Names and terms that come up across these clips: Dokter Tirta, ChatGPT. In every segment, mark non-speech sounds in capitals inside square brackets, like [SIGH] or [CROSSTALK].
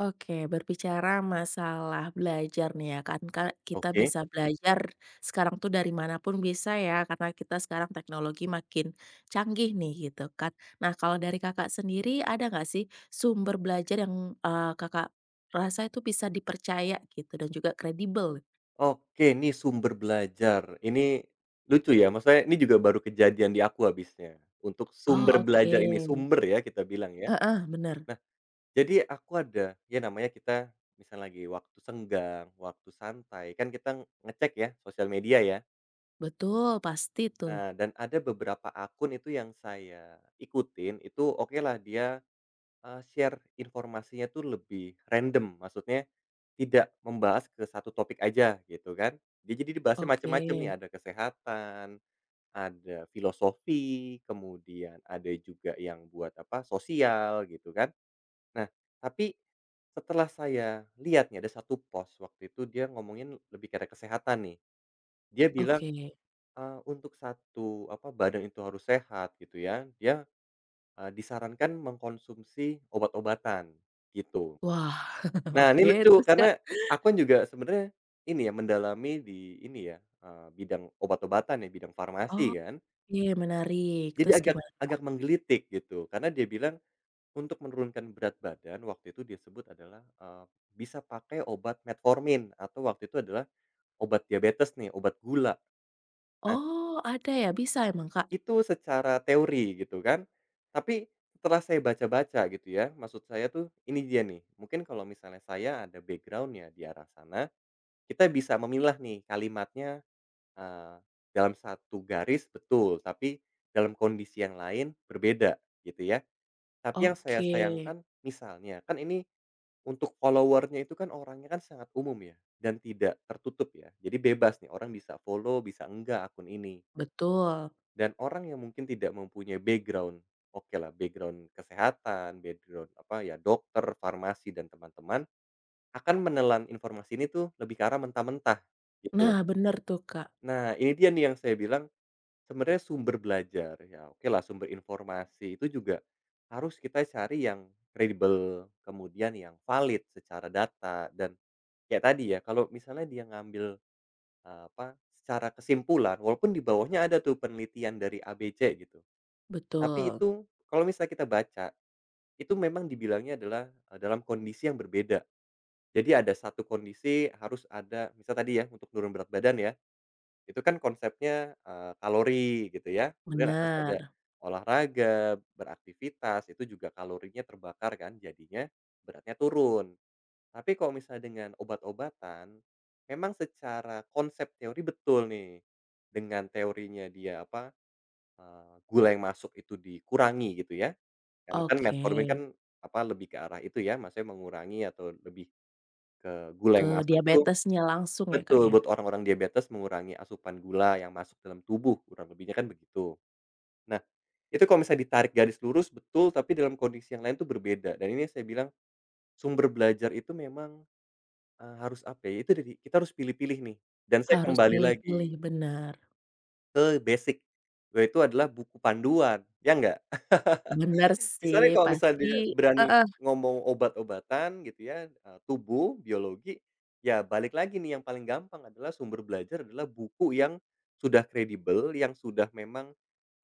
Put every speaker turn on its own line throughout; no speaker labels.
Oke, berbicara masalah belajar nih ya kan, Kak, kita
Oke.
bisa, Mhm, belajar sekarang tuh dari manapun bisa ya, karena kita sekarang teknologi makin canggih nih gitu kan. Nah, kalau dari Kakak sendiri ada nggak sih sumber belajar yang, Kakak rasa itu bisa dipercaya gitu dan juga kredibel?
Oke, ini sumber belajar. Ini lucu ya, maksudnya ini juga baru kejadian di aku habisnya. Untuk sumber
Oh,
belajar ini,
oke.
sumber ya kita bilang ya.
Heeh, bener.
Nah, jadi aku ada, ya namanya kita misal lagi waktu senggang, waktu santai, kan kita ngecek ya sosial media ya.
Betul, pasti tuh.
Nah, dan ada beberapa akun itu yang saya ikutin, itu oke lah dia share informasinya tuh lebih random, maksudnya tidak membahas ke satu topik aja gitu kan. Dia jadi dibahasnya
Oke
macam-macam nih, ada kesehatan, ada filosofi, kemudian ada juga yang buat apa, sosial gitu kan. Nah, tapi setelah saya lihat nih ada satu post waktu itu dia ngomongin lebih ke arah kesehatan nih. Dia bilang,
oke.
untuk satu apa, badan itu harus sehat gitu ya, dia, disarankan mengkonsumsi obat-obatan gitu.
Wah, [LAUGHS]
Nah, ini
oke,
lucu
terus, Kak?
karena aku kan juga sebenarnya ini ya, mendalami di ini ya, bidang obat-obatan ya, bidang farmasi kan.
Oke, menarik.
Jadi
Terus
agak
gimana?
agak menggelitik gitu, karena dia bilang untuk menurunkan berat badan waktu itu dia sebut adalah, bisa pakai obat metformin atau waktu itu adalah obat diabetes nih, obat gula. Nah,
Oh, ada ya? Bisa emang, Kak?
itu secara teori gitu kan. Tapi setelah saya baca-baca gitu ya, maksud saya tuh ini dia nih, mungkin kalau misalnya saya ada background-nya di arah sana kita bisa memilah nih kalimatnya, eee, dalam satu garis betul, tapi dalam kondisi yang lain berbeda gitu ya. Tapi yang saya
Oke,
sayangkan misalnya, kan ini untuk followernya itu kan orangnya kan sangat umum ya dan tidak tertutup ya. Jadi bebas nih orang bisa follow, bisa enggak akun ini.
betul.
Dan orang yang mungkin tidak mempunyai background, oke lah background kesehatan, background apa ya, dokter, farmasi dan teman-teman, akan menelan informasi ini tuh lebih ke arah mentah-mentah gitu.
Nah, bener tuh, Kak.
Nah, ini dia nih yang saya bilang, sebenarnya sumber belajar, ya oke lah sumber informasi itu juga harus kita cari yang kredibel, kemudian yang valid secara data dan kayak tadi ya, kalau misalnya dia ngambil, apa, secara kesimpulan walaupun di bawahnya ada tuh penelitian dari ABC gitu, tapi
Betul,
itu kalau misalnya kita baca, itu memang dibilangnya adalah, dalam kondisi yang berbeda. Jadi ada satu kondisi harus ada misal tadi ya untuk menurun berat badan ya, itu kan konsepnya, kalori gitu ya, kemudian harus ada
benar.
olahraga, beraktivitas, itu juga kalorinya terbakar kan, jadinya beratnya turun. Tapi kalau misalnya dengan obat-obatan, memang secara konsep teori betul nih, dengan teorinya dia apa, gula yang masuk itu dikurangi gitu ya, karena kan
Oke,
metformin kan, apa, lebih ke arah itu ya, maksudnya mengurangi atau lebih ke gula
ke
yang masuk tuh.
diabetesnya langsung ya, Kak,
Betul,
ya?
buat orang-orang diabetes mengurangi asupan gula yang masuk dalam tubuh, kurang lebihnya kan begitu. Nah, itu kalau misalnya ditarik garis lurus betul, tapi dalam kondisi yang lain tuh berbeda dan ini saya bilang sumber belajar itu memang, harus apa ya, itu dari kita harus pilih-pilih nih dan saya
Harus
kembali lagi
pilih-pilih, benar.
ke basic, yaitu adalah buku panduan, ya nggak?
Benar sih,
Misalnya kalau misalnya
pasti.
dia berani ngomong obat-obatan gitu ya, tubuh, biologi, ya balik lagi nih yang paling gampang adalah sumber belajar adalah buku yang sudah kredibel, yang sudah memang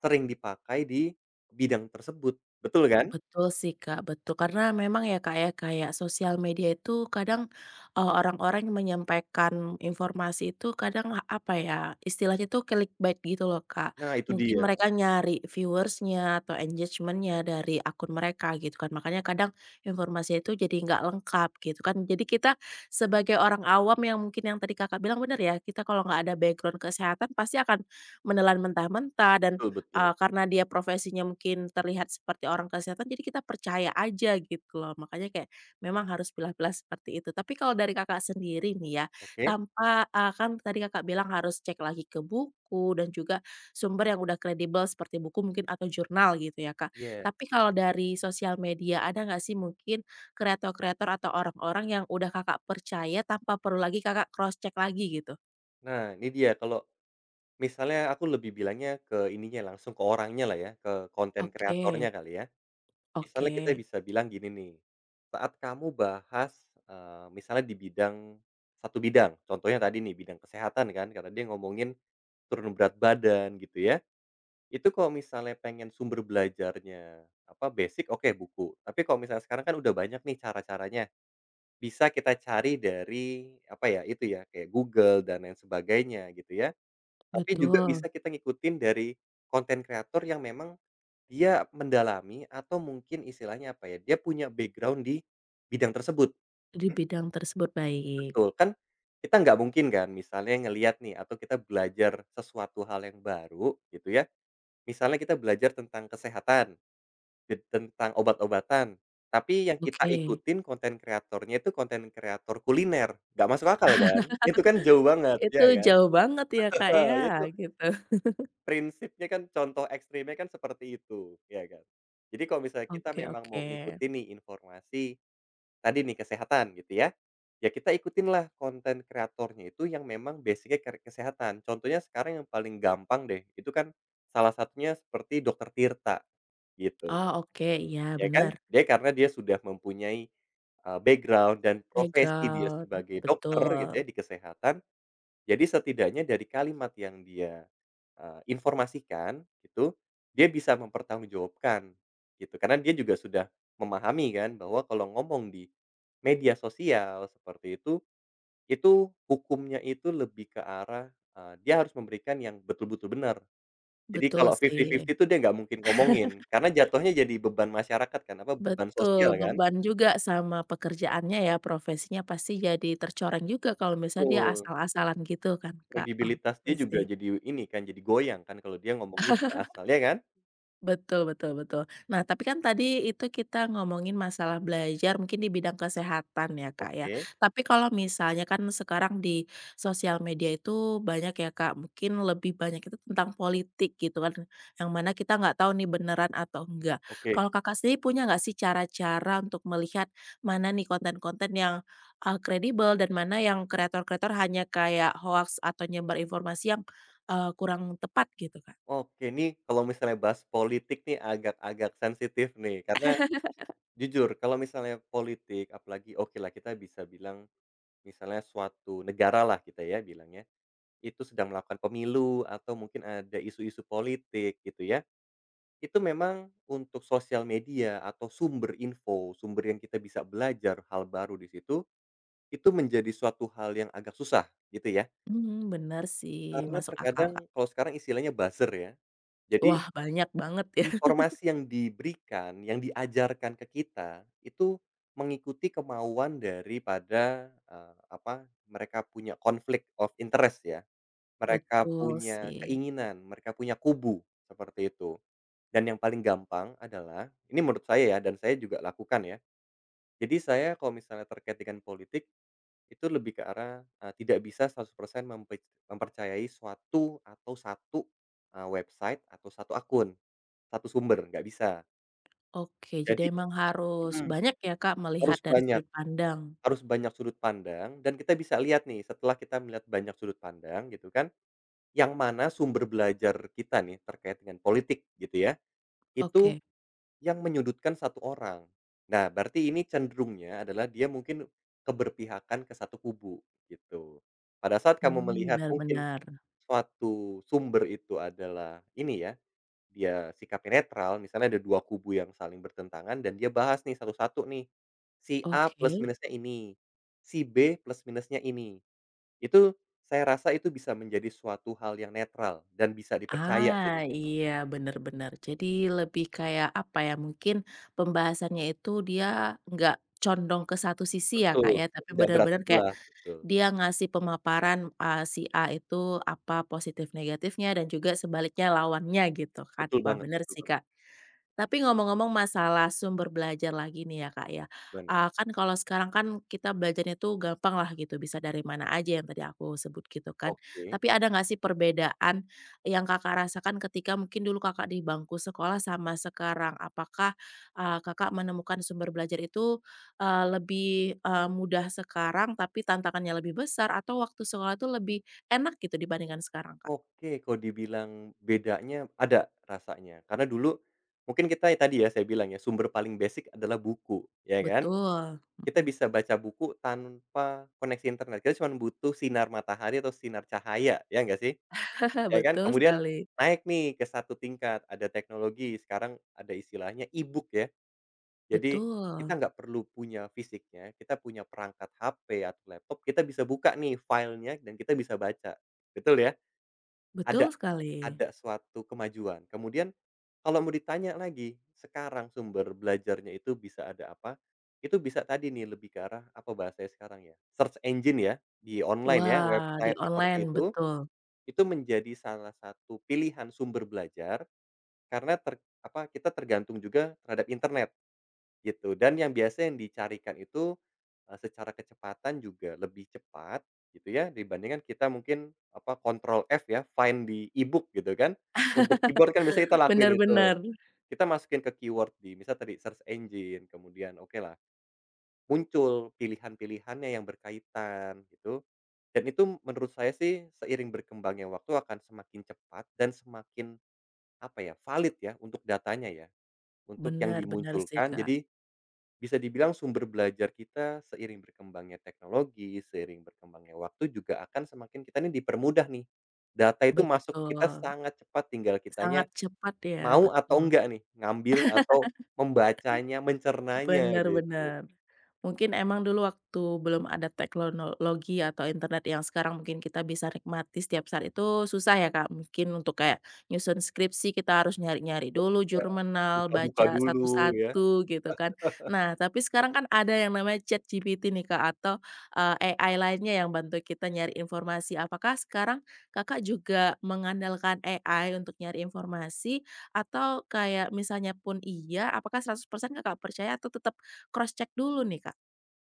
sering dipakai di bidang tersebut, betul kan?
Betul sih Kak, betul. Karena memang ya Kak ya, kayak sosial media itu kadang, orang-orang yang menyampaikan informasi itu kadang, apa ya, istilahnya itu clickbait gitu loh Kak.
Nah itu
Mungkin
dia,
mereka nyari viewersnya atau engagementnya dari akun mereka gitu kan, makanya kadang informasi itu jadi nggak lengkap gitu kan. Jadi kita sebagai orang awam yang mungkin yang tadi Kakak bilang bener ya, kita kalau nggak ada background kesehatan pasti akan menelan mentah-mentah dan
betul betul.
Karena dia profesinya mungkin terlihat seperti orang kesehatan, jadi kita percaya aja gitu loh. Makanya kayak memang harus pilah-pilah seperti itu. Tapi kalau dari Kakak sendiri nih ya,
Oke,
tanpa kan tadi Kakak bilang harus cek lagi ke buku dan juga sumber yang udah kredibel seperti buku mungkin atau jurnal gitu ya, Kak.
iya.
Tapi kalau dari sosial media, ada nggak sih mungkin kreator-kreator atau orang-orang yang udah Kakak percaya tanpa perlu lagi Kakak cross check lagi gitu?
Nah ini dia kalau misalnya aku lebih bilangnya ke ininya langsung ke orangnya lah ya, ke konten
Oke
kreatornya kali ya.
oke,
Misalnya kita bisa bilang gini nih, saat kamu bahas, misalnya di bidang satu bidang, contohnya tadi nih bidang kesehatan kan, karena dia ngomongin turun berat badan gitu ya, itu kalau misalnya pengen sumber belajarnya, apa, basic, oke buku. Tapi kalau misalnya sekarang kan udah banyak nih cara-caranya, bisa kita cari dari, apa ya, itu ya, kayak Google dan lain sebagainya gitu ya. Tapi juga
betul.
bisa kita ngikutin dari konten kreator yang memang dia mendalami atau mungkin istilahnya apa ya, dia punya background di bidang tersebut,
Di bidang tersebut, baik.
betul. Kan kita nggak mungkin kan misalnya ngelihat nih atau kita belajar sesuatu hal yang baru gitu ya, misalnya kita belajar tentang kesehatan, tentang obat-obatan, tapi yang kita
Oke.
ikutin konten kreatornya itu konten kreator kuliner, nggak masuk akal kan? Itu kan jauh banget,
Itu
ya kan?
jauh banget ya, Kak, ya,
[LAUGHS] Itu
gitu.
prinsipnya kan contoh ekstrimnya kan seperti itu, ya kan? Jadi kalau misalnya kita
Oke
memang mau
oke.
ngikutin nih informasi tadi nih kesehatan gitu ya, ya kita ikutinlah konten kreatornya itu yang memang basicnya nya kesehatan. Contohnya sekarang yang paling gampang deh, itu kan salah satunya seperti Dokter Tirta, gitu.
Oh, oke, iya
Ya
bener,
kan? Dia karena dia sudah mempunyai, background dan profesi dia
background,
sebagai dokter gitu
betul,
ya di kesehatan, jadi setidaknya dari kalimat yang dia, informasikan gitu, dia bisa mempertanggungjawabkan gitu. Karena dia juga sudah memahami kan bahwa kalau ngomong di media sosial seperti itu hukumnya itu lebih ke arah, dia harus memberikan yang betul-betul benar. Jadi
betul
kalau
sih,
fifty-fifty itu dia nggak mungkin ngomongin, karena jatuhnya jadi beban masyarakat kan, apa, beban sosial
betul,
kan?
beban juga sama pekerjaannya ya, profesinya pasti jadi tercoreng juga kalau misalnya dia
Betul,
asal-asalan gitu kan, Kak,
kredibilitas
oke
dia juga
sih.
jadi ini kan, jadi goyang kan kalau dia ngomongnya juga asal, ya kan?
Betul betul betul. Nah, tapi kan tadi itu kita ngomongin masalah belajar mungkin di bidang kesehatan ya, Kak, ya.
Oke
Tapi kalau misalnya kan sekarang di sosial media itu banyak ya, Kak, mungkin lebih banyak itu tentang politik gitu kan, yang mana kita nggak tahu nih beneran atau enggak.
oke.
Kalau Kakak sendiri punya nggak sih cara-cara untuk melihat mana nih konten-konten yang, kredibel dan mana yang kreator-kreator hanya kayak hoax atau nyebar informasi yang, kurang tepat gitu, Kak?
Oke nih, kalau misalnya bahas politik nih agak-agak sensitif nih, karena jujur kalau misalnya politik apalagi oke lah kita bisa bilang misalnya suatu negara lah kita ya bilangnya, itu sedang melakukan pemilu atau mungkin ada isu-isu politik gitu ya, itu memang untuk sosial media atau sumber info, sumber yang kita bisa belajar hal baru di situ, itu menjadi suatu hal yang agak susah gitu ya.
Mmm, bener sih,
Karena
masuk akal,
terkadang
Kak.
kalau sekarang istilahnya buzzer ya. Jadi
Wah, banyak banget ya. [LAUGHS]
informasi yang diberikan, yang diajarkan ke kita, itu mengikuti kemauan daripada, apa, mereka punya konflik of interest ya, mereka
Betul
punya
sih.
keinginan, mereka punya kubu, seperti itu. Dan yang paling gampang adalah ini menurut saya ya, dan saya juga lakukan ya. Jadi saya kalau misalnya terkait dengan politik, itu lebih ke arah, tidak bisa 100% mempercayai suatu atau satu, website atau satu akun, satu sumber, nggak bisa.
Oke, jadi
Jadi
emang harus
Mhm,
banyak ya, Kak, melihat
harus
dari
banyak
sudut pandang.
harus banyak sudut pandang dan kita bisa lihat nih setelah kita melihat banyak sudut pandang gitu kan, yang mana sumber belajar kita nih terkait dengan politik gitu ya, itu
Oke.
yang menyudutkan satu orang. Nah berarti ini cenderungnya adalah dia mungkin keberpihakan ke satu kubu gitu. Pada saat kamu
Mmm,
melihat
benar
mungkin
benar.
suatu sumber itu adalah ini ya. Dia sikapnya netral, misalnya ada 2 kubu yang saling bertentangan dan dia bahas nih satu-satu nih, si A plus
Oke.
minusnya ini, si B plus minusnya ini. Itu saya rasa itu bisa menjadi suatu hal yang netral dan bisa dipercaya
Ah,
jadinya.
iya, bener bener. Jadi lebih kayak, apa ya, mungkin pembahasannya itu dia nggak condong ke satu sisi ya,
Betul,
Kak, ya, tapi
tidak berat
bener-bener kayak
sebelah, betul.
dia ngasih pemaparan, si A itu apa positif negatifnya dan juga sebaliknya lawannya gitu kan. Wah bener
Betul
sih
banget,
Kak, tapi ngomong-ngomong masalah sumber belajar lagi nih ya, Kak, ya,
benar.
kan kalau sekarang kan kita belajarnya tuh gampang lah gitu, bisa dari mana aja yang tadi aku sebut gitu kan.
Oke
Tapi ada nggak sih perbedaan yang Kakak rasakan ketika mungkin dulu Kakak di bangku sekolah sama sekarang? Apakah, Kakak menemukan sumber belajar itu, lebih, mudah sekarang tapi tantangannya lebih besar atau waktu sekolah itu lebih enak gitu dibandingkan sekarang, Kak?
oke, kalau dibilang bedanya ada rasanya, karena dulu mungkin kita tadi ya saya bilang ya, sumber paling basic adalah buku, ya kan?
Betul,
Kita
mhm.
bisa baca buku tanpa koneksi internet, kita cuma butuh sinar matahari atau sinar cahaya, ya nggak sih?
[LAUGHS]
Ya kan?
Betul
Kemudian
sekali.
naik nih ke satu tingkat, ada teknologi, sekarang ada istilahnya e-book ya. Jadi kita
Betul.
nggak perlu punya fisiknya, kita punya perangkat HP atau laptop, kita bisa buka nih filenya dan kita bisa baca, betul ya?
Betul
Ada
sekali.
ada suatu kemajuan. Kemudian kalau mau ditanya lagi, sekarang sumber belajarnya itu bisa ada apa, itu bisa tadi nih lebih ke arah apa bahasanya sekarang ya, search engine ya, di online ya,
Wah, di
website
online,
seperti
betul.
itu menjadi salah satu pilihan sumber belajar karena apa, kita tergantung juga terhadap internet. Gitu, dan yang biasa yang dicarikan itu, secara kecepatan juga lebih cepat gitu ya, dibandingkan kita mungkin, apa, kontrol F ya, find di ebook gitu kan. Untuk keyboard kan biasanya kita lakuin
Benar
itu,
benar.
kita masukin ke keyword di misal tadi search engine, kemudian oke lah muncul pilihan-pilihannya yang berkaitan gitu. Dan itu menurut saya sih seiring berkembangnya waktu akan semakin cepat dan semakin, apa ya, valid ya untuk datanya ya, untuk yang
Benar benar sih,
dimunculkan
Kak.
jadi bisa dibilang sumber belajar kita seiring berkembangnya teknologi, seiring berkembangnya waktu juga akan semakin kita nih dipermudah nih. Data itu masuk ke kita
Betul.
sangat cepat tinggal
Sangat
kitanya
cepat ya,
mau atau
betul.
enggak nih, ngambil atau membacanya, mencernanya
Benar
gitu.
benar. Mungkin emang dulu waktu belum ada teknologi atau internet yang sekarang mungkin kita bisa nikmati setiap saat itu susah ya Kak, mungkin untuk kayak nyusun skripsi kita harus nyari-nyari dulu
Ya,
jurnal,
buka-buka
baca
dulu ya.
satu-satu gitu kan. Nah, tapi sekarang kan ada yang namanya ChatGPT nih Kak atau, AI lainnya yang bantu kita nyari informasi. Apakah sekarang Kakak juga mengandalkan AI untuk nyari informasi atau kayak misalnya pun iya, apakah 100% Kakak percaya atau tetap cross check dulu nih Kak?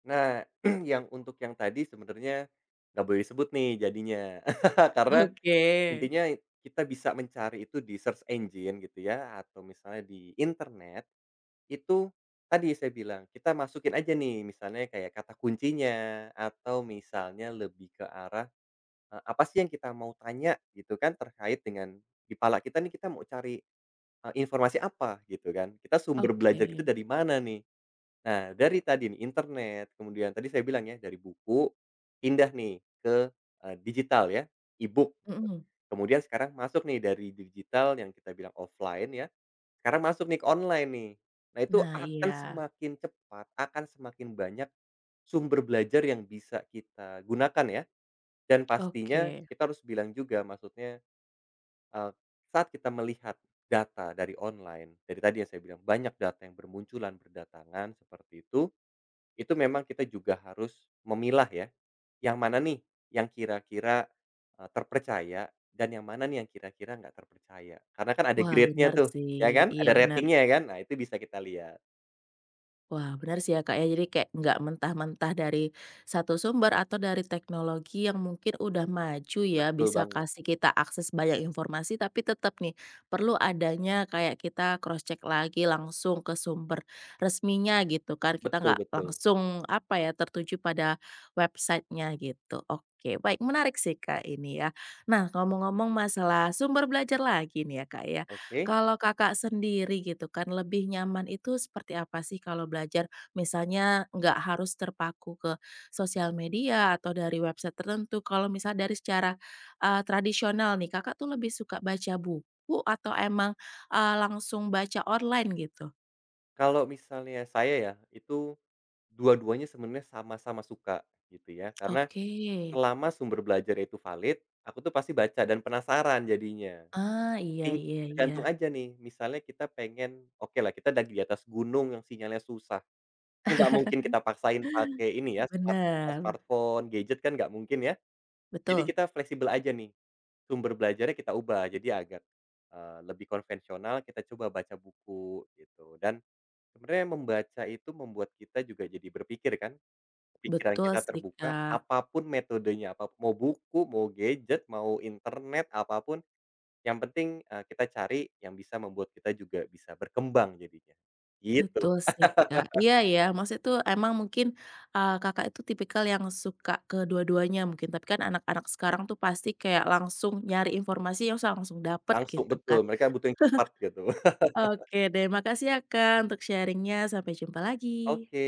Nah, [CLEARS THROAT] yang untuk yang tadi sebenarnya nggak boleh disebut nih jadinya. [LAUGHS] Karena
Oke,
intinya kita bisa mencari itu di search engine gitu ya, atau misalnya di internet. Itu tadi saya bilang, kita masukin aja nih misalnya kayak kata kuncinya atau misalnya lebih ke arah, apa sih yang kita mau tanya gitu kan terkait dengan di pala kita nih kita mau cari, informasi apa gitu kan, kita sumber belajar kita
oke.
dari mana nih. Nah dari tadi nih internet, kemudian tadi saya bilang ya dari buku, pindah nih ke, digital ya, e-book gitu.
Mhm.
Kemudian sekarang masuk nih dari digital yang kita bilang offline ya sekarang masuk nih ke online nih. Nah itu
Nah,
akan
iya.
semakin cepat, akan semakin banyak sumber belajar yang bisa kita gunakan ya. Dan pastinya
Oke.
kita harus bilang juga maksudnya, eee, saat kita melihat data dari online, dari tadi yang saya bilang banyak data yang bermunculan, berdatangan seperti itu memang kita juga harus memilah ya, yang mana nih yang kira-kira, terpercaya dan yang mana nih yang kira-kira nggak terpercaya. Karena kan ada
Wah,
grade-nya
benar
tuh,
sih.
ya kan?
Iya,
Ada
benar.
ratingnya ya kan? Nah itu bisa kita lihat.
Wah, benar sih ya, Kak, ya. Jadi kayak nggak mentah-mentah dari satu sumber atau dari teknologi yang mungkin udah maju ya,
Betul
bisa
banget,
kasih kita akses banyak informasi, tapi tetap nih perlu adanya kayak kita cross check lagi langsung ke sumber resminya gitu kan. Kita
betul
nggak
betul.
langsung apa ya, tertuju pada websitenya gitu. Oke, baik menarik sih, Kak, ini ya. Nah, ngomong-ngomong masalah sumber belajar lagi nih ya, Kak, ya.
Oke,
Kalau Kakak sendiri gitu kan, lebih nyaman itu seperti apa sih kalau belajar? Misalnya nggak harus terpaku ke sosial media atau dari website tertentu. Kalau misal dari secara, tradisional nih, Kakak tuh lebih suka baca buku atau emang, langsung baca online gitu?
kalau misalnya saya ya, itu dua-duanya sebenarnya sama-sama suka gitu ya, karena
Oke.
selama sumber belajar itu valid, aku tuh pasti baca dan penasaran jadinya.
Ah, iya
Ping
iya iya.
tergantung aja nih, misalnya kita pengen oke lah kita lagi di atas gunung yang sinyalnya susah, kan nggak mungkin kita paksain pakai ini ya, smart apa,
Benar.
smartphone, gadget kan nggak mungkin ya. Jadi
Betul.
kita fleksibel aja nih, sumber belajarnya kita ubah jadi agak, lebih konvensional kita coba baca buku gitu. Dan sebenarnya membaca itu membuat kita juga jadi berpikir kan, pikiran
Betul
kita
sih,
terbuka,
Kak.
apa pun metodenya, apa mau buku, mau gadget, mau internet, apa pun yang penting, kita cari yang bisa membuat kita juga bisa berkembang jadinya, gitu.
Betul sih, Kak. Iya ya, maksudnya tuh emang mungkin, Kakak itu tipikal yang suka kedua duanya mungkin, tapi kan anak-anak sekarang tuh pasti kayak langsung nyari informasi yang langsung dapet
Langsung
gitu kan.
betul, mereka butuh yang cepat gitu. [LAUGHS]
Oke deh, makasih ya, Kak, untuk sharingnya sampai jumpa lagi.
Oke.